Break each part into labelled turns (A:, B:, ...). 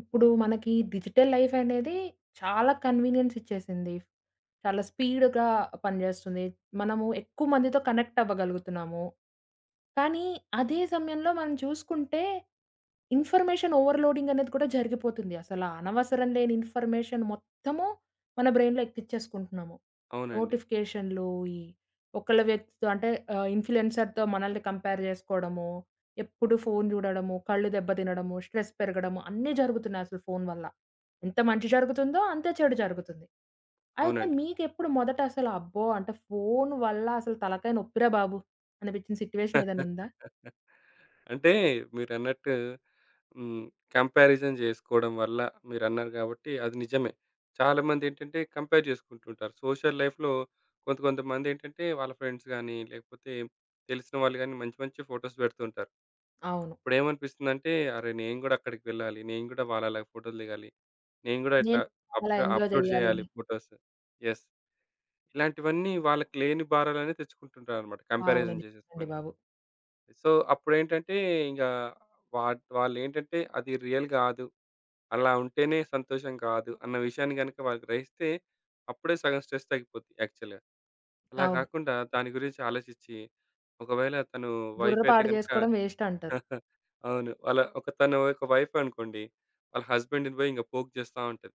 A: ఇప్పుడు మనకి digital life అనేది చాలా కన్వీనియన్స్ ఇచ్చేసింది. చాలా స్పీడ్‌గా పనిజేస్తుంది. మనము ఎక్కువ మందితో కనెక్ట్ అవ్వగలుగుతున్నాము. కానీ అదే సమయంలో మనం చూసుకుంటే ఇన్ఫర్మేషన్ ఓవర్‌లోడింగ్ అనేది కూడా జరిగిపోతుంది. అసల అనవసరం లేని ఇన్ఫర్మేషన్ మొత్తము మన బ్రెయిన్‌లో ఎక్కిచ్చేసుకుంటున్నాము.
B: అవునండి.
A: నోటిఫికేషన్‌లు, ఈ ఒకళ్ళ వ్యక్తితో అంటే ఇన్‌ఫ్లూయెన్సర్‌తో మనల్ని కంపేర్ జేసుకోవడము. ఎప్పుడు ఫోను జూడడము, కళ్ళు దెబ్బతినడము, స్ట్రెస్ పెరగడము అన్నీ జరుగుతున్నాయి అసలు ఫోను వల్ల. ఎంత మంచి జరుగుతుందో అంతే చెడు జరుగుతుంది. అయితే
B: అవునండి.
A: మీకెప్పుడు మొదట అసలు అబ్బో! అంటే ఫోను వల్ల అసలు తలకాయ నొప్పిరా బాబు అనిపించిన సిట్యుయేషన్ ఏదైనా ఉందా?
B: అంటే మీరన్నట్టు హ్మ్. కంపారిజన్ జేసుకోవడం వల్ల మీరన్నారు గాబట్టి అది నిజమే. చాలామందేంటంటే కంపేర్ జేసుకుంటుంటారు సోషల్ లైఫ్‌లో. కొంత కొంతమందేంటంటే వాళ్ళ ఫ్రెండ్స్ గానీ, లేకపోతే తెలిసిన వాళ్ళు గానీ మంచి మంచి ఫోటోస్ పెడుతుంటారు.
A: అవును.
B: అప్పుడేమనిపిస్తుందంటే అరే! నేను గూడా అక్కడికి వెళ్ళాలి. నేను గూడా వాళ్ళలా ఫోటోలు దిగాలి. నేను గూడా ఇట్లా
A: నేను చాలా ఎంజాయ్
B: అప్‌లోడ్
A: జేయాలి.
B: జేయాలి ఫోటోస్. యెస్. ఇలాంటివన్నీ వాళ్ళకి లేని భారాలన్నీ తెచ్చుకుంటుంటారన్నమాట
A: అవును.
B: కంపారిజన్
A: నిజమండి
B: జేసేసుకొని.
A: బాబు.
B: సో, అప్పుడేంటంటే ఇంక వా వాళ్ళేంటంటే అది రియల్ గాదు. అలా ఉంటేనే సంతోషం కాదు అన్న విషయాన్ని గనుక వాళ్ళు గ్రహిస్తే అప్పుడే సగం స్ట్రెస్ తగ్గిపోద్ది యాక్చువల్‌గా. అలా
A: అవును.
B: గాకుండా దాని గురించి ఆలోచించి ఒకవేళ తను
A: బుర్ర
B: వైఫ్ అయితే
A: పాడు
B: గనుక
A: జేసుకోవడం వేస్ట్ అంటారు.
B: అవును. వాళ్ళ ఒక తను ఒక వైఫ్ అనుకోండి. వాళ్ళ హస్బెండ్‌ని పోయి ఇంక పోక్ చేస్తా ఉంటది.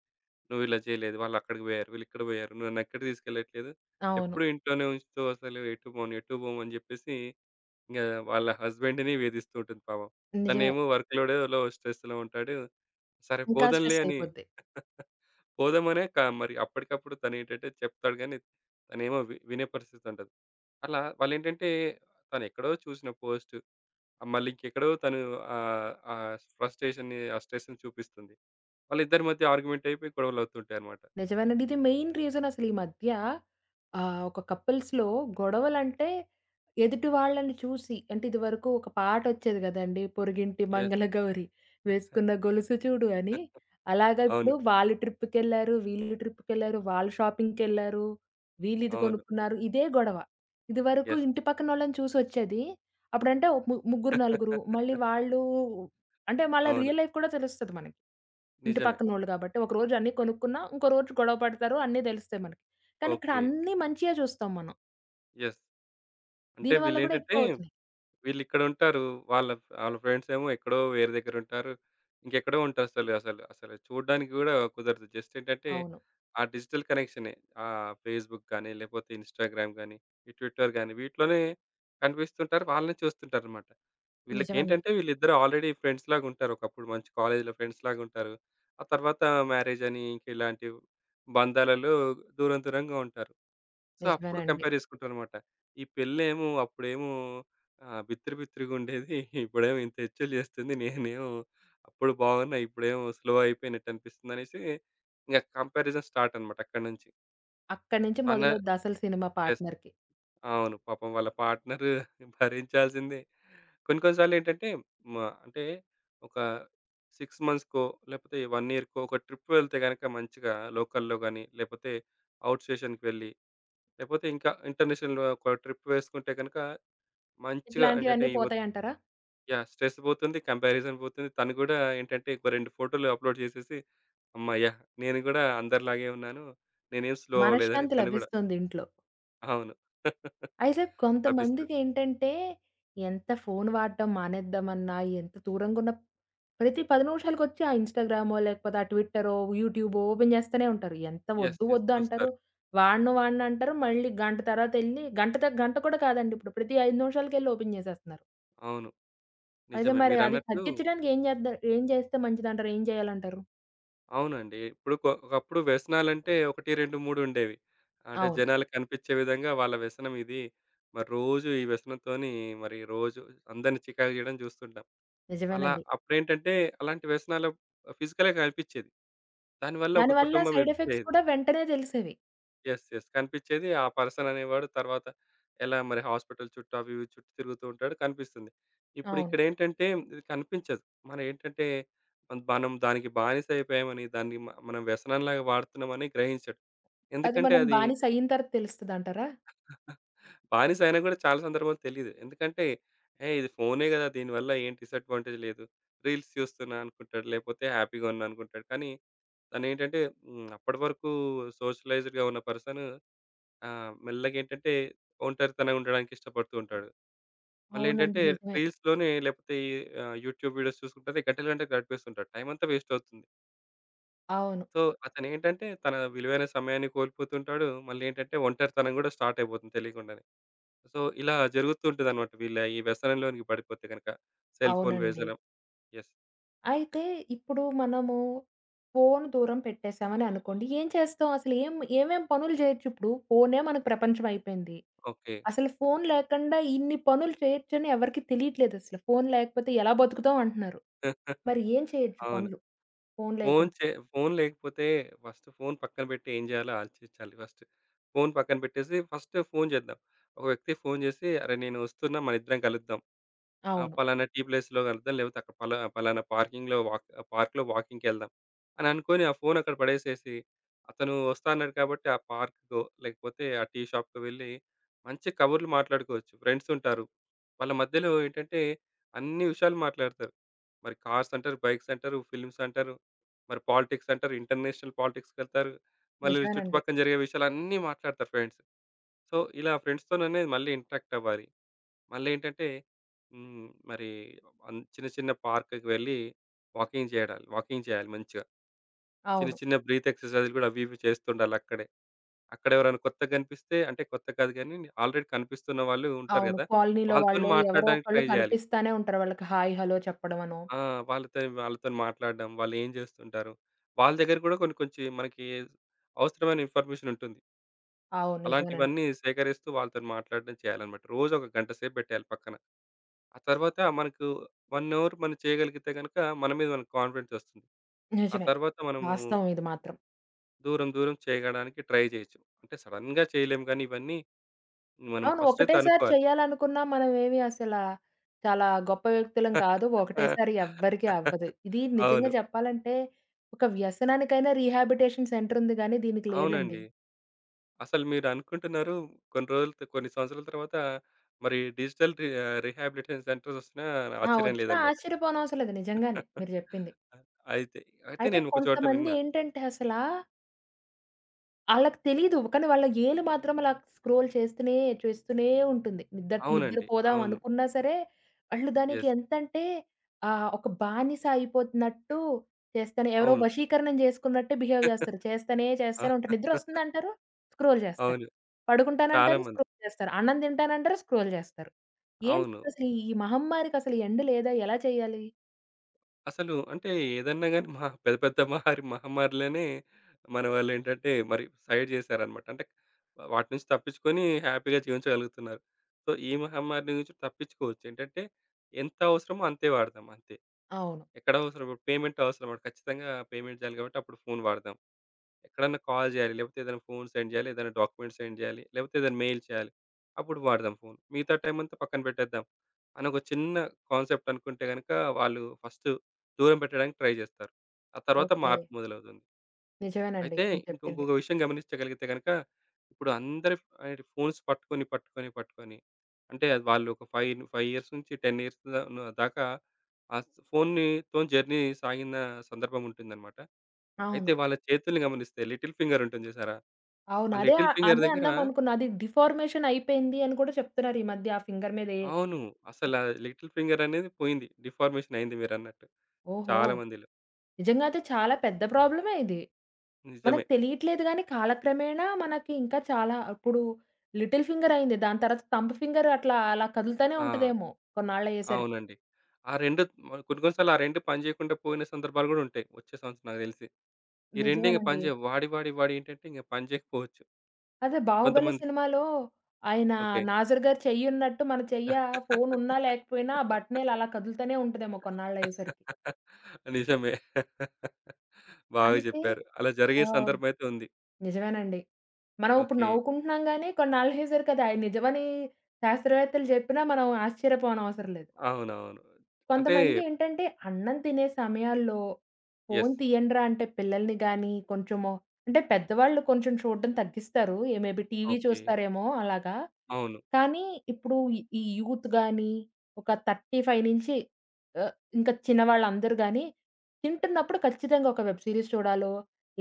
B: "నువ్విలా చేయలేదు. వాళ్ళక్కడికి పోయారు. వీళ్ళిక్కడ పోయారు. నువ్వు నన్ను ఎక్కడికి తీసుకెళ్ళట్లేదు.
A: అవును.
B: ఎప్పుడు ఇంట్లోనే ఉంచుతావు అసలు ఎటు పోను, ఎటు పోము" అని చెప్పేసి ఇంగ వాళ్ళ హస్బెండ్‌ని వేధిస్తూ ఉంటుంది పాపం.
A: నిజమే.
B: తనేమో వర్క్ లోడేలో స్ట్రెస్‌లో ఉంటాడు. సరే
A: ఇంకా
B: పోదాంలే
A: స్ట్రెస్
B: అని
A: అయిపోద్ది.
B: పోదామనే క మరి అప్పటికప్పుడు తనేంటంటే చెప్తాడు గానీ, తనేమో వినే పరిస్థితి ఉండదు. అలా వాళ్ళేంటంటే తనెక్కడో చూసిన పోస్ట్ మళ్ళీ ఇంకెక్కడో తను ఆహ్, ఆ ఫ్రస్ట్రేషన్‌ని, ఆ స్ట్రెస్‌ని చూపిస్తుంది. వాళ్ళిద్దరి మధ్య ఆర్గ్యుమెంట్ అయిపోయి గొడవలవుతుంటాయన్నమాట.
A: నిజమేనండి. ఇది మెయిన్ రీజన్ అసలు ఈ మధ్య ఒక కపుల్స్‌లో గొడవలంటే ఎదుటి వాళ్ళని చూసి అంటే ఇదివరకు ఒక పాటొచ్చేది గదండీ! 'పొరుగింటి
B: యెస్.
A: మంగళగౌరి వేసుకున్న గొలుసు చూడు' అని. అలాగా
B: అవును.
A: ఇప్పుడు వాళ్ళు ట్రిప్‌కెళ్లారు, వీళ్ళు ట్రిప్‌కెళ్లారు, వాళ్ళు షాపింగ్‌కెళ్లారు, వీళ్ళు ఇది
B: అవును.
A: కొనుక్కున్నారు. ఇదే గొడవ. ఇదివరకు
B: యెస్.
A: ఇంటి పక్కనోళ్ళని చూసొచ్చేది. అప్పుడంటే ఒక ముగ్గురు, నలుగురు మళ్ళీ వాళ్ళు అంటే మళ్ళా
B: అవును.
A: రియల్ లైఫ్ కూడా తెలుస్తది మనకి. ఇంటి
B: నిజమే.
A: పక్కనోళ్ళు గాబట్టి. ఒకరోజు అన్నీ కొనుక్కున్నా, ఇంకో రోజు గొడవ పడతారు. అన్నీ దెలుస్తాయి మనకి. కానీ ఇక్కడ
B: ఓకే.
A: అన్నీ మంచియే చూస్తాం మనం.
B: యెస్. అంటే
A: దీనివల్ల గూడా
B: వీళ్ళేంటంటే
A: ఎక్కువవుతున్నాయి.
B: వీళ్ళిక్కడుంటారు. వాళ్ళ ఆళ్ళ ఫ్రెండ్సేమో ఎక్కడో వేరే దగ్గరుంటారు. ఇంకెక్కడో ఉంటారసలు. అసలు అసలు చూడ్డానికి గూడా కుదరదు. జస్ట్ ఏంటంటే,
A: అవును.
B: ఆ డిజిటల్ కనెక్షనే. ఫేస్‌బుక్ గానీ, లేపోతే ఇన్‌స్టాగ్రామ్ గానీ, ఈ ట్విట్టర్ గానీ, వీటిలోనే కనిపిస్తుంటారు. వాళ్ళనే చూస్తుంటారనమాట.
A: నిజమండి.
B: వీళ్ళకేంటంటే, వీళ్ళిద్దరూ ఆల్రెడీ ఫ్రెండ్స్ లాగుంటారు. ఒకప్పుడు మంచి కాలేజీలో ఫ్రెండ్స్ లాగుంటారు. ఆ తర్వాత మ్యారేజని, ఇంకిలాంటి బంధాలలో దూరం దూరంగా ఉంటారు. సో, అప్పుడు
A: నిజమేనండి.
B: కంపేర్ చేసుకుంటామనమాట. ఈ పెళ్ళేమో అప్పుడేమో బిత్తర బిత్తరగా ఉండేది. ఇప్పుడేమో ఇంత హెచ్చులు చేస్తుంది. నేనేమో అప్పుడు బాగున్నా, ఇప్పుడేమో స్లో అయిపోయినట్టు అనిపిస్తుందనేసి, ఇంక కంపారిజన్ స్టార్ట్ అనమాట అక్కడినుంచి.
A: అక్కడి నుంచి
B: తన
A: మొదలవుద్ది అసలు సినిమా
B: యెస్.
A: పార్ట్‌నర్‌కి.
B: అవును. పాపం వాళ్ళ పార్ట్నర్ భరించాల్సిందే. కొన్ని కొన్ని సార్లేంటంటే మ అంటే ఒక 6 మంత్స్‌కో లేపోతే 1 ఇయర్‌కో ఒక ట్రిప్ వెళ్తే గనక మంచిగా లోకల్‌లో గాని, లేపోతే ఔట్ స్టేషన్‌కి వెళ్ళి లేపోతే ఇంకా ఇంటర్నేషనల్ ఒక ట్రిప్ వేసుకుంటే గనక మంచిగా ఏంటంటే
A: ఇట్లాంటివన్నీ
B: ఈ ఒత్
A: పోతాయంటారా?
B: యాహ్! స్ట్రెస్ పోతుంది. కంపారిజన్ పోతుంది. తను గూడా ఏంటంటే ఒక 2 ఫోటోలు అప్‌లోడ్ చేసేసి, హమ్మయ్య! నేను గూడా అందరిలాగే ఉన్నాను. నేనేం స్లో అవ్వలేదని
A: మనశ్శాంతి
B: తను గూడా
A: లభిస్తుంది ఇంట్లో.
B: అవును.
A: అయితే
B: లభిస్తది.
A: కొంతమందికేంటంటే ఎంత ఫోను వాడడం మానేద్దామన్నా, ఎంత దూరంగున్న ప్రతి 10 నిమిషాలకొచ్చి ఆ ఇన్‌స్టాగ్రామో, లేకపోతే ఆ ట్విట్టరో, యూట్యూబో ఓపెన్ జేస్తనే ఉంటారు. ఎంత
B: యెస్.
A: వద్దు
B: యెస్.
A: వద్దు అంటారు.
B: చూస్తారు.
A: వాడను వాడను అంటారు. మళ్ళీ గంట తర్వాతెళ్లి గంట కూడా కాదండి ఇప్పుడు. ప్రతి 5 నిమిషాలకెళ్లి ఓపెన్ జేసేస్తున్నారు.
B: అవును.
A: అయితే
B: నిజమే.
A: మరి అది
B: మీరన్నట్టు
A: తగ్గించడానికి ఏం జేస్తే మంచిదంటారు? ఏం జేయాలంటారు?
B: అవునండి. ఇప్పుడు కొ ఒకప్పుడు వ్యసనాలంటే 1, 2, 3 ఉండేవి. అంటే
A: అవును.
B: జనాలకి కనిపించే విధంగా వాళ్ళ వ్యసనం ఇది. మరి రోజు ఈ వ్యసనంతోని మరి రోజు అందరిని చికాకు చేయడం చూస్తుంటాం. అలా
A: నిజమేనండి.
B: అప్పుడేంటంటే అలాంటి వ్యసనాలు ఫిజికల్‌గా కనిపిచ్చేది. దానివల్ల ఒక
A: దానివల్ల
B: కుటుంబం
A: సైడ్
B: ఎఫెక్ట్
A: ఎఫెక్ట్స్
B: అయ్యేది.
A: కూడా వెంటనే తెలిసేవి.
B: యెస్. యెస్. కనిపిచ్చేది. ఆ పర్సన్ అనేవాడు తర్వాత ఎలా మరి హాస్పిటల్ చుట్టూ అవి ఇవి చుట్టూ తిరుగుతూ ఉంటాడు కనిపిస్తుంది.
A: అవును.
B: ఇప్పుడిక్కడేంటంటే ఇది కనిపించదు. మనం ఏంటంటే మనం దానికి బానిస అయిపోయామని దాన్ని మనం వ్యసనంలాగా వాడుతున్నామని గ్రహించడు.
A: అది
B: ఎందుకంటే
A: మనం
B: అది
A: బానిస అయిన తర్వాత తెలుస్తదంటారా?
B: బానిస అయినా కూడా చాలా సందర్భాలు తెలీదు. ఎందుకంటే, ఏహ్! ఇది ఫోనే గదా! దీనివల్ల ఏం డిసడ్వాంటేజ్ లేదు. రీల్స్ చూస్తున్నా అనుకుంటాడు. లేకపోతే హ్యాపీగా ఉన్నా అనుకుంటాడు. కానీ తనేంటంటే అప్పటివరకు సోషలైజ్డ్‌గా ఉన్న పర్సన్ మెల్లగా ఏంటంటే ఒంటరితనంగా ఉండడానికి ఇష్టపడుతూ ఉంటాడు.
A: అవునండి.
B: మళ్ళేంటంటే
A: నిజమే.
B: రీల్స్‌లోనే లేకపోతే యూట్యూబ్ వీడియోస్ చూసుకుంటూనే గంటలు గంటలు గడిపేస్తుంటాడు. టైం అంతా వేస్ట్ అవుతుంది.
A: అవును.
B: సో, అతనేంటంటే తన విలువైన సమయాన్ని కోల్పోతుంటాడు. మళ్ళీ ఏంటంటే ఒంటరితనం గూడా స్టార్ట్ అయిపోతుంది తెలియకుండానే. సో, ఇలా జరుగుతూ ఉంటదనమాట వీళ్ళ ఈ వ్యసనంలోనికి పడిపోతే గనక. సెల్ ఫోన్
A: అవునండి.
B: వ్యసనం. యెస్.
A: అయితే ఇప్పుడు మనము ఫోను దూరం పెట్టేసామని అనుకోండి. ఏం చేస్తాం? అసలు ఏం ఏమేం పనులు చేయొచ్చు ఇప్పుడు? ఫోనే మనకు ప్రపంచం అయిపోయింది.
B: ఓకే.
A: అసలు ఫోను లేకుండా ఇన్ని పనులు చేయొచ్చని ఎవరికీ తెలియట్లేదసలు. ఫోను లేకపోతే ఎలా బతుకుతాం అంటున్నారు. మరి ఏం చేయొచ్చు
B: అవును.
A: పనులు ఫోను
B: ఫోను
A: లేకుండా?
B: చే ఫోను లేకపోతే ఫస్ట్ ఫోను పక్కన పెట్టి ఏం చేయాలో ఆలోచించాలి ఫస్ట్. ఫోను పక్కన పెట్టేసి ఫస్ట్ ఫోను చేద్దాం. ఒక వ్యక్తికి ఫోను చేసి, "అరె! నేను వస్తున్నా. మనిద్దరం కలుద్దాం." ఆ!
A: అవును.
B: పలానా టీ ప్లేస్‌లో కలుద్దాం. లేకపోతే అక్కడ పలానా పార్కింగ్‌లో పార్క్‌లో వాకింగ్‌కెళ్దాం అని అనుకోని ఆ ఫోన్ అక్కడ పడేసేసి, అతను వస్తా అన్నాడు కాబట్టి ఆ పార్క్‌కో, లేకపోతే ఆ టీ షాప్‌కో వెళ్ళి మంచి కబుర్లు మాట్లాడుకోవచ్చు. ఫ్రెండ్స్ ఉంటారు. వాళ్ళ మధ్యలో ఏంటంటే అన్ని విషయాలు మాట్లాడతారు. మరి కార్స్ అంటారు, బైక్స్ అంటారు, ఫిల్మ్స్ అంటారు, మరి పాలిటిక్స్ అంటారు, ఇంటర్నేషనల్ పాలిటిక్స్‌కెళ్తారు. మళ్ళీ
A: నిజమేనండి.
B: చుట్టుపక్కన జరిగే విషయాలన్నీ మాట్లాడతారు ఫ్రెండ్స్. సో, ఇలా ఫ్రెండ్స్‌తోననేది మళ్ళీ ఇంటరాక్ట్ అవ్వాలి. మళ్ళేంటంటే హ్మ్. మరి చిన్న చిన్న పార్క్‌కి వెళ్ళి వాకింగ్ చేయాలి మంచిగా. చిన్న
A: అవును.
B: చిన్న బ్రీత్ ఎక్సర్‌సైజ్‌లు కూడా అవి ఇవి చేస్తుండాలక్కడే. అక్కడెవరైనా కొత్తగా కనిపిస్తే అంటే కొత్త కాదు గానీ ఆల్రెడీ కనిపిస్తున్న వాళ్ళు ఉంటారు
A: అవును.
B: గదా!
A: కాలనీలో
B: వాళ్ళతోని
A: వాళ్ళో ఎవరో
B: మాట్లాడడానికి
A: ఒకళ్ళు
B: ట్రై జేయాలి.
A: కనిపిస్తానే ఉంటారు. వాళ్ళకి హాయ్, హలో చెప్పడమనో
B: ఆ! వాళ్ళతోని మాట్లాడడం, వాళ్ళేం జేస్తుంటారు, వాళ్ళ దగ్గర గూడా కొన్ని కొంచెం మనకి అవసరమైన ఇన్ఫర్మేషన్ ఉంటుంది.
A: అవును. నిజమేనండి.
B: అలాంటివన్నీ సేకరిస్తూ వాళ్ళతోని మాట్లాడడం చేయాలన్నమాట. రోజు ఒక గంట సేపు బెట్టాలి పక్కన. ఆ తర్వాత మనకు 1 అవర్ మనం చేయగలిగితే గనుక మన మీద మనకు కాన్ఫిడెన్స్ వస్తుంది. ఆ
A: నిజమే.
B: తర్వాత మనము
A: వాస్తవం ఇది మాత్రం.
B: దూరం దూరం చేయడానికి ట్రై చేయొచ్చు. అంటే సడెన్‌గా చేయలేము గానీ ఇవన్నీ మనం
A: అవును.
B: ఫస్ట్ అయితే
A: ఒకటేసారి
B: అనుకోవాలి.
A: చేయాలనుకున్నా మనమేమి అసలా చాలా గొప్ప వ్యక్తులం కాదు. ఒకటేసారి ఎవ్వరికీ అవ్వదు. ఇది నిజంగా
B: అవును.
A: చెప్పాలంటే ఒక వ్యసనానికైనా రీహాబిలిటేషన్ సెంటర్ ఉంది గానీ దీనికి లేదండి.
B: అవునండి. అసలు మీరు అనుకుంటున్నారు కొన్ని రోజుల త కొన్ని సంవత్సరాల తర్వాత మరి రిహాబిలిటేషన్ సెంటర్స్ వొచ్చినా
A: ఆ!
B: ఆశ్చర్యం
A: వచ్చినా
B: లేదన్నమాట.
A: ఆశ్చర్యపోనవసరం లేదు నిజంగానే మీరు జెప్పింది.
B: అయితే, అయితే
A: అయితే
B: నేను ఒక చోట
A: కొంతమంది
B: విన్నా.
A: ఏంటంటే అసలా ఆళ్ళకి తెలీదు. కానీ వాళ్ళ ఏలు మాత్రం అలా స్క్రోల్ చేస్తూనే, చేస్తూనే ఉంటుంది.
B: అవునండి.
A: నిద్రపోదాం
B: అవును.
A: అనుకున్నా సరే, వాళ్ళు దానికి
B: యెస్.
A: ఎంతంటే ఒక బానిస అయిపోతున్నట్టు చేస్తానే ఎవరో
B: అవును.
A: వశీకరణం చేసుకున్నట్టే బిహేవ్ చేస్తారు. చేస్తానే, చేస్తానే ఉంటారు. నిద్రొస్తుందంటారు, స్క్రోల్ చేస్తారు.
B: అవును. చాలా
A: పడుకుంటానంటారు,
B: మంది.
A: స్క్రోల్ చేస్తారు. అన్నం తింటానంటారు, స్క్రోల్ చేస్తారు.
B: అవును.
A: ఏంటసలు ఈ మహమ్మారికసలు ఎండ్ లేదా? ఎలా చేయాలి?
B: అసలు అంటే ఏదన్నా గాని మహా పెద్ద పెద్ద మహమ్మారిలనే మన వాళ్ళేంటంటే మరి సైడ్ చేశారనమాట. అంటే వాటి నుంచి తప్పించుకొని హ్యాపీగా జీవించగలుగుతున్నారు. సో, ఈ మహమ్మారి నుంచి తప్పించుకోవచ్చు. ఏంటంటే ఎంత అవసరమో అంతే వాడదాం అంతే.
A: అవును.
B: ఎక్కడ అవసరం పేమెంట్ అవసరం అంటే ఖచ్చితంగా పేమెంట్ చేయాలి కాబట్టి అప్పుడు ఫోన్ వాడదాం. ఎక్కడన్నా కాల్ చేయాలి. లేకపోతే ఏదైనా ఫోన్ సెండ్ చేయాలి. ఏదైనా డాక్యుమెంట్ సెండ్ చేయాలి. లేకపోతే ఏదైనా మెయిల్ చేయాలి. అప్పుడు వాడదాం ఫోన్. మిగతా టైమంతా పక్కన పెట్టేద్దాం. అని ఒక చిన్న కాన్సెప్ట్ అనుకుంటే గనక వాళ్ళు ఫస్ట్ దూరం పెట్టడానికి ట్రై జేస్తారు. ఆ తర్వాత
A: ఓకే.
B: మార్పు మొదలవుతుంది.
A: నిజమేనండి.
B: అయితే
A: మీరు చెప్పింది.
B: ఇంకొక విషయం గమనించగలిగితే గనక ఇప్పుడు అందరి ఫోన్స్ పట్టుకొని అంటే అది వాళ్ళు ఒక 5, 5 ఇయర్స్ నుంచి 10 ఇయర్స్ దాకా ఆ ఫోన్‌ని తోని జర్నీ సాగిన సందర్భం ఉంటుందన్నమాట. అయితే
A: అవును.
B: వాళ్ళ చేతుల్ని గమనిస్తే లిటిల్ ఫింగర్ ఉంటుంది చూసారా?
A: అవును.
B: ఆ
A: అదే
B: లిటిల్ ఫింగర్
A: అదే
B: దగ్గర
A: అందామనుకున్నా. అది డిఫార్మేషన్ అయిపోయింది అని కూడా చెప్తున్నారు ఈ మధ్య ఆ ఫింగర్ మీద ఏ
B: అవును. అసల లిటిల్ ఫింగర్ అనేది పోయింది. డిఫార్మేషన్ అయింది మీరన్నట్టు
A: ఓహో!
B: చాలా మందిలో.
A: నిజంగా అయితే చాలా పెద్ద ప్రాబ్లమే ఇది.
B: నిజమే.
A: మనకు తెలియట్లేదు గానీ కాలక్రమేణా మనకి ఇంకా చాలా ఇప్పుడు లిటిల్ ఫింగర్ అయింది. దాని తర్వాత థంబ్ ఫింగర్ అట్లా అలా కదులుతానే
B: ఆ!
A: ఉంటదేమో కొన్నాళ్ళయ్యేసరికి.
B: అవునండి. ఆ 2 కొన్ని కొన్ని సార్లు ఆ 2 పని చేయకుండా పోయిన సందర్భాలు కూడా ఉంటాయి. వచ్చే సంవత్సరం నాకు తెలిసి. ఈ 2 ఇంక పని
A: నిజమేనండి.
B: చేయవు. వాడి ఏంటంటే ఇంక పని చేయకపోవచ్చు.
A: అదే 'బాహుబలి'
B: కొంతమంది
A: సినిమాలో ఆయన
B: ఓకే.
A: నాజర్ గారి చెయ్యున్నట్టు మన చెయ్య ఫోనున్నా లేకపోయినా ఆ బటనేలు అలా కదులుతానే ఉంటదేమో కొన్నాళ్ళయ్యేసరికి.
B: నిజమే. బాగా
A: అయితే
B: చెప్పారు. అలా జరిగే
A: ఆ!
B: సందర్భం అయితే ఉంది.
A: నిజమేనండి. మనం ఇప్పుడు
B: ఓకే.
A: నవ్వుకుంటున్నాం గానీ, కొన్నాళ్ళ అయ్యేసరికి అది ఆయన నిజమని శాస్త్రవేత్తలు జెప్పినా మనం ఆశ్చర్యపోనవసరం లేదు.
B: అవునవును. అంటే
A: కొంతమంది ఏంటంటే, అన్నం తినే సమయాల్లో ఫోను
B: యెస్.
A: తీయండిరా అంటే పిల్లల్ని గాని, కొంచెము అంటే పెద్దవాళ్ళు కొంచెం చూడడం తగ్గిస్తారు. ఏ మేబీ టీవీ
B: ఓకే.
A: చూస్తారేమో అలాగా.
B: అవును.
A: కానీ ఇప్పుడు ఈ ఈ యూత్ గాని, ఒక 35 నుంచి ఆహ్, ఇంకా చిన్నవాళ్ళందరూ గాని, తింటున్నప్పుడు ఖచ్చితంగా ఒక వెబ్ సీరీస్ చూడాలో,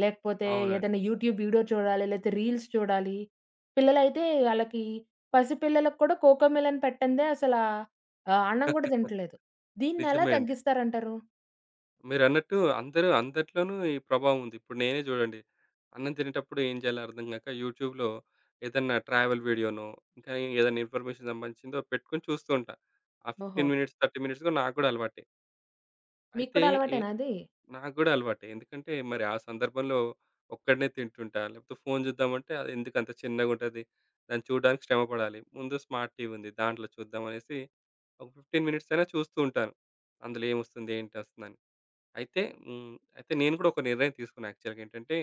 A: లేకపోతే
B: అవునండి.
A: ఏదైనా యూట్యూబ్ వీడియో చూడాలి, లేతే రీల్స్ చూడాలి. పిల్లలైతే ఆళ్ళకి పసిపిల్లలకి కూడా కోకోమిలన్ పెట్టందే అసలా అన్నం గూడా తింటలేదు. దీన్నెలా
B: నిజమే అండి.
A: తగ్గిస్తారంటారు?
B: మీరన్నట్టు అందరూ అందట్లోనూ ఈ ప్రభావం ఉంది. ఇప్పుడు నేనే చూడండి. అన్నం తినేటప్పుడు ఏం చేయాలో అర్థం గాక యూట్యూబ్‌లో ఏదన్నా ట్రావెల్ వీడియోనో, ఇంకా ఏదైనా ఇన్ఫర్మేషన్ సంబంధించిందో పెట్టుకొని చూస్తూ ఉంటా. ఆ
A: ఓహో!
B: 15 మినిట్స్, 30 మినిట్స్ కూడా నాకు కూడా అలవాటే.
A: మీకు
B: అయితే
A: కూడా
B: ఏ
A: అలవాటేనా అది?
B: నాకు గూడా అలవాటే. ఎందుకంటే, మరి ఆ సందర్భంలో ఒక్కడినే తింటుంటా. లేకపోతే ఫోను చూద్దామంటే, అది ఎందుకంత చిన్నగుంటది, దాన్ని చూడడానికి శ్రమ పడాలి. ముందు స్మార్ట్ టీవీ ఉంది. దాంట్లో చూద్దాం అనేసి ఒక 15 మినిట్స్ అయినా చూస్తూ ఉంటాను. అందులో ఏమొస్తుంది, ఏంటొస్తుందని. అయితే హ్మ్. అయితే నేను కూడా ఒక నిర్ణయం తీసుకున్నా యాక్చువల్‌గా ఏంటంటే,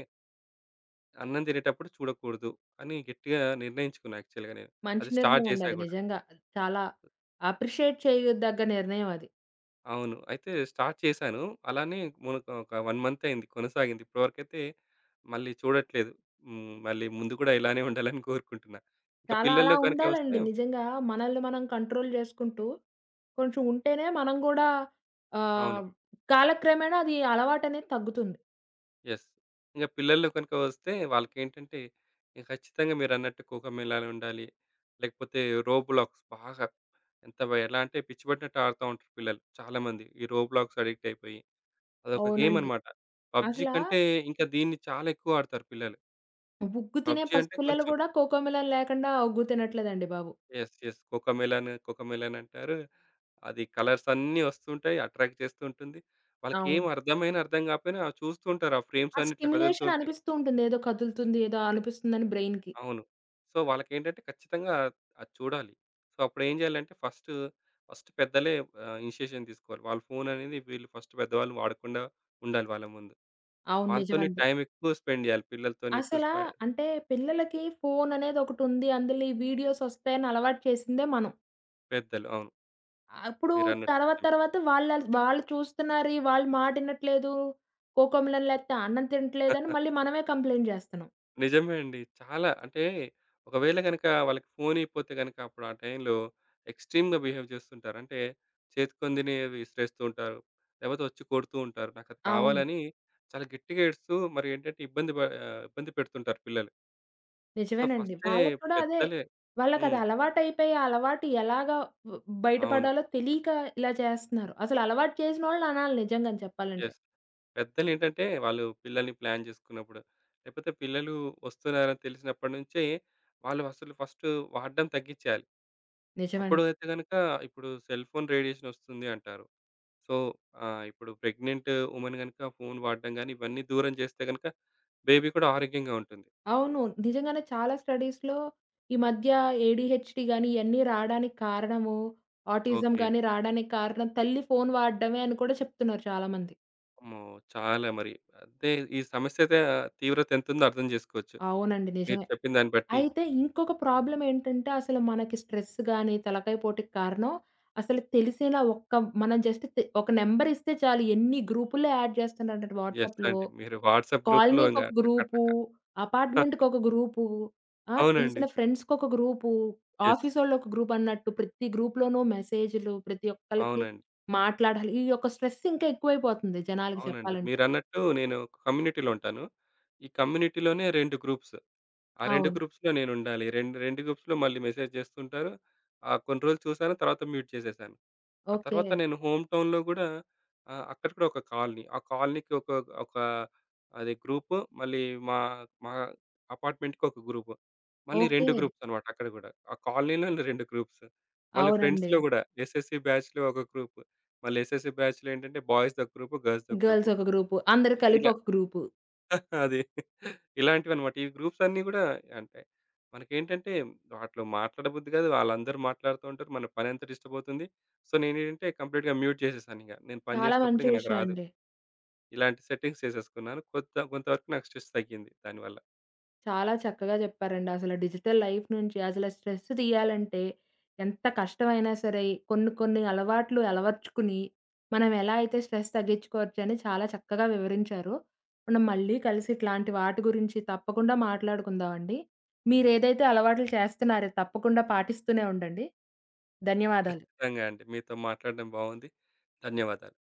B: అన్నం తినేటప్పుడు చూడకూడదు అని గట్టిగా నిర్ణయించుకున్నా యాక్చువల్‌గా నేను.
A: మంచి
B: అది స్టార్ట్
A: నిర్ణయం అండి
B: చేశా
A: అది
B: గూడా.
A: నిజంగా. చాలా అప్రిషియేట్ చేయదగ్గ నిర్ణయం అది.
B: అవును. అయితే స్టార్ట్ చేశాను. అలానే మనకు ఒక 1 మంత్ అయింది కొనసాగింది. ఇప్పటివరకైతే మళ్ళీ చూడట్లేదు. మళ్ళీ ముందు కూడా ఇలానే ఉండాలని కోరుకుంటున్నా. ఇంకా
A: చాలా అలా
B: పిల్లల్లో కనుక వస్తే
A: ఉండాలండి నిజంగా. మనల్ని మనం కంట్రోల్ చేసుకుంటూ కొంచెం ఉంటేనే మనం గూడా
B: అవును.
A: ఆహ్, కాలక్రమేణా అది అలవాటనేది తగ్గుతుంది.
B: యెస్. ఇంక పిల్లల్లో కనుక వస్తే వాళ్ళకేంటంటే ఇక ఖచ్చితంగా మీరన్నట్టు కోకమేళాలు ఉండాలి. లేకపోతే రోబ్లాక్స్ బాగా ఎలా అంటే పిచ్చి పట్టినట్టు ఆడుతా ఉంటారు పిల్లలు చాలామంది ఈ రోబ్లాక్స్ అడిక్ట్ అయిపోయి. అదొక గేమ్
A: అవునండి.
B: అన్నమాట. పబ్‌జీ
A: అసలా
B: కంటే ఇంకా దీన్ని చాలా ఎక్కువ ఆడతారు పిల్లలు.
A: బుగ్గు తినే
B: పబ్‌జీ అంటే
A: పసిపిల్లలు
B: కొంచెం
A: గూడా కోకో మిలన్ లేకుండా ఒగ్గు తినట్లేదండి బాబు.
B: యెస్. యెస్. కోకోమెలన్ అంటారు. అది కలర్స్ అన్నీ వస్తుంటాయి. అట్రాక్ట్ చేస్తూ ఉంటుంది. వాళ్ళకేం
A: అవును.
B: అర్థమైనా, అర్థం కాకపోయినా అవి చూస్తూ ఉంటారు. ఆ ఫ్రేమ్స్
A: ఆ
B: అన్ని ఇట్లా కదులుతూ
A: స్టిమ్యులేషన్
B: ఉంటాయి.
A: అనిపిస్తూ ఉంటుంది. ఏదో కదులుతుంది, ఏదో అనిపిస్తుందని బ్రెయిన్‌కి.
B: అవును. సో, వాళ్ళకేంటంటే ఖచ్చితంగా అది చూడాలి. సో, అప్పుడేం చేయాలంటే ఫస్ట్ పెద్దలే ఇనిషియేషన్ తీసుకోవాలి. వాళ్ళ ఫోన్ అనేది వీళ్ళు ఫస్ట్ పెద్దవాళ్ళు వాడకుండా ఉండాలి వాళ్ళ ముందు.
A: అవును.
B: వాళ్ళతోనే
A: నిజమండి.
B: టైం ఎక్కువ స్పెండ్ చేయాలి. పిల్లలతోని ఎక్కువ
A: అసలా
B: స్పె
A: అంటే పిల్లలకి ఫోన్ అనేది ఒకటుంది. అందులో ఈ వీడియోస్ వస్తాయని అలవాటు చేసిందే మనం.
B: పెద్దలు. అవును.
A: అప్పుడు
B: మీరన్నట్టు
A: తర్వాత
B: నిజమే.
A: తర్వాత వాళ్ళు చూస్తున్నారు, ఈ వాళ్ళు మాట వినట్లేదు. కోకొమిలన్ లేకపోతే అన్నం తినట్లేదని మళ్ళీ మనమే కంప్లెయింట్ చేస్తున్నాం.
B: నిజమే అండి. చాలా అంటే ఒకవేళ గనక వాళ్ళకి ఫోన్ ఇయ్యకపోతే గనక అప్పుడు ఆ టైంలో ఎక్స్‌ట్రీమ్‌గా బిహేవ్ చేస్తుంటారు. అంటే చేతుకొని తినేవి విసిరేస్తూ ఉంటారు. లేకపోతే వచ్చి కొడుతూ ఉంటారు. నాకది
A: అవును.
B: కావాలని చాలా గట్టిగా ఏడుస్తూ మరి ఏంటంటే ఇబ్బంది పెడుతుంటారు పిల్లలు. సో,
A: నిజమేనండి.
B: ఫస్టే
A: వాళ్ళకి కూడా అదే.
B: పెద్దలే
A: వాళ్ళకది
B: హ్మ్.
A: అలవాటయిపోయి, ఆ అలవాటు ఎలాగా బ్
B: అవును.
A: బయటపడాలో తెలియక ఇలా చేస్తున్నారు. అసలు అలవాటు చేసినోళ్ళని అనాలి నిజంగానే చెప్పాలంటే.
B: యెస్. పెద్దలేంటంటే వాళ్ళు పిల్లల్ని ప్లాన్ చేసుకున్నప్పుడు, లేకపోతే పిల్లలు వస్తున్నారని తెలిసినప్పటి నుంచే వాళ్ళు అసలు ఫస్ట్ వాడడం తగ్గించేయాలి. అప్పుడు
A: నిజమండి.
B: అయితే గనుక ఇప్పుడు సెల్ ఫోన్ రేడియేషన్ వస్తుంది అంటారు. సో, ఇప్పుడు ప్రెగ్నెంట్ వుమెన్ గనుక ఫోన్ వాడడం గాని, ఇవన్నీ దూరం చేస్తే గనుక బేబీ కూడా ఆరోగ్యంగా ఉంటుంది.
A: అవును. నిజంగానే చాలా స్టడీస్‌లో ఈ మధ్య ఏడీహెచ్‌డీ గాని ఇయన్నీ రాడానికి కారణము, ఆటిజం
B: ఓకే.
A: గాని రాడానికి కారణం తల్లి ఫోను వాడడమే అని కూడా చెప్తున్నారు చాలామంది.
B: అమ్మో! చాలా మరి అంటే ఈ సమస్య అయితే ఆ, తీవ్రత ఎంతుందో అర్థం చేసుకోవచ్చు
A: అవునండి.
B: మీరు
A: నిజమే.
B: చెప్పిన దాన్ని బట్టి.
A: అయితే ఇంకొక ప్రాబ్లమ్ ఏంటంటే అసలు మనకి స్ట్రెస్ గాని, తలకాయ పోటుకి కారణం అసలు తెలిసిన ఒక్క మనం జస్ట్ తె ఒక నంబర్ ఇస్తే చాలు ఎన్ని గ్రూపుల్లో యాడ్ చేస్తున్నారంటే
B: యెస్
A: వాట్సాప్‌లో.
B: అండి. మీరు వాట్సాప్ గ్రూప్‌లో ఇంగ
A: కాలనీకొక
B: టక
A: గ్రూపు,
B: టక
A: అపార్ట్‌మెంట్‌కొక గ్రూపు, ఆ!
B: అవునండి.
A: తెలిసిన ఫ్రెండ్స్‌కొక గ్రూపు,
B: యెస్.
A: ఆఫీసోళ్ళొక గ్రూపన్నట్టు ప్రతి గ్రూప్‌లోనూ మెసేజులు, ప్రతి ఒక్కళ్ళకి
B: అవునండి.
A: మాట్లాడాలి. ఈ యొక్క స్ట్రెస్ ఇంకా ఎక్కువైపోతుంది జనాలకి
B: అవునండి.
A: చెప్పాలంటే.
B: మీరన్నట్టు నేను ఒక కమ్యూనిటీలో ఉంటాను. ఈ కమ్యూనిటీలోనే 2 గ్రూప్స్. ఆ 2
A: అవును.
B: గ్రూప్స్‌లో నేనుండాలి. రెండు, 2 గ్రూప్స్‌లో మళ్ళీ మెసేజ్ జేస్తుంటారు. కొన్ని రోజులు చూసాను. తర్వాత మ్యూట్ చేసేసాను. ఆ
A: ఓకే.
B: తర్వాత నేను హోమ్ టౌన్‌లో గూడా అక్కడ కూడా ఒక కాలనీ. ఆ కాలనీకి ఒక ఒక అది గ్రూపు. మళ్ళీ మా మా అపార్ట్మెంట్‌కి ఒక గ్రూపు. మళ్ళీ
A: ఓకే.
B: 2 గ్రూప్స్ అన్నమాట అక్కడ గూడా. ఆ కాలనీలోనే 2 గ్రూప్స్. మళ్ళీ
A: అవునండి.
B: ఫ్రెండ్స్‌లో గూడా ఎస్ఎస్‌సీ బ్యాచ్‌లో ఒక గ్రూపు. మళ్ళీ ఎస్ఎస్‌సీ బ్యాచ్‌లో ఏంటంటే బాయ్స్‌దొక గ్రూపు, గర్ల్స్‌దొక గ్రూపు.
A: గర్ల్సొక గ్రూపు, అందరూ కలిపి
B: ఇలా
A: ఒక గ్రూపు.
B: అది. ఇలాంటివన్నమాట. ఈ గ్రూప్స్ అన్నీ గూడా అంటే మనకేంటంటే వాటిలో మాట్లాడబుద్ధి గాదు. వాళ్ళందరూ మాట్లాడుతూ ఉంటారు. మన పనంతా డిస్టర్బ్ అవుతుంది. సో, నేనేంటంటే కంప్లీట్‌గా మ్యూట్ చేసేసానింక. నేను పని
A: చాలా
B: జేసేటప్పుడు
A: మంచి
B: ఇంక నాకు
A: విషయం
B: రాదు.
A: అండి.
B: ఇలాంటి సెట్టింగ్స్ చేసేసుకున్నాను. కొంత కొంతవరకు నాకు స్ట్రెస్ తగ్గింది దానివల్ల.
A: చాలా చక్కగా చెప్పారండి. అసలు డిజిటల్ లైఫ్ నుంచి అసలు స్ట్రెస్ తీయాలంటే ఎంత కష్టమైనా సరే కొన్ని కొన్ని అలవాట్లు అలవర్చుకుని మనం ఎలా అయితే స్ట్రెస్ తగ్గించుకోవచ్చని చాలా చక్కగా వివరించారో, మనం మళ్ళీ కలిసి ఇట్లాంటి వాటి గురించి తప్పకుండా మాట్లాడుకుందామండి. మీరేదైతే అలవాట్లు చేస్తున్నారో తప్పకుండా పాటిస్తూనే ఉండండి. ధన్యవాదాలు.
B: ఖచ్చితంగా అండి. మీతో మాట్లాడడం బావుంది. ధన్యవాదాలు.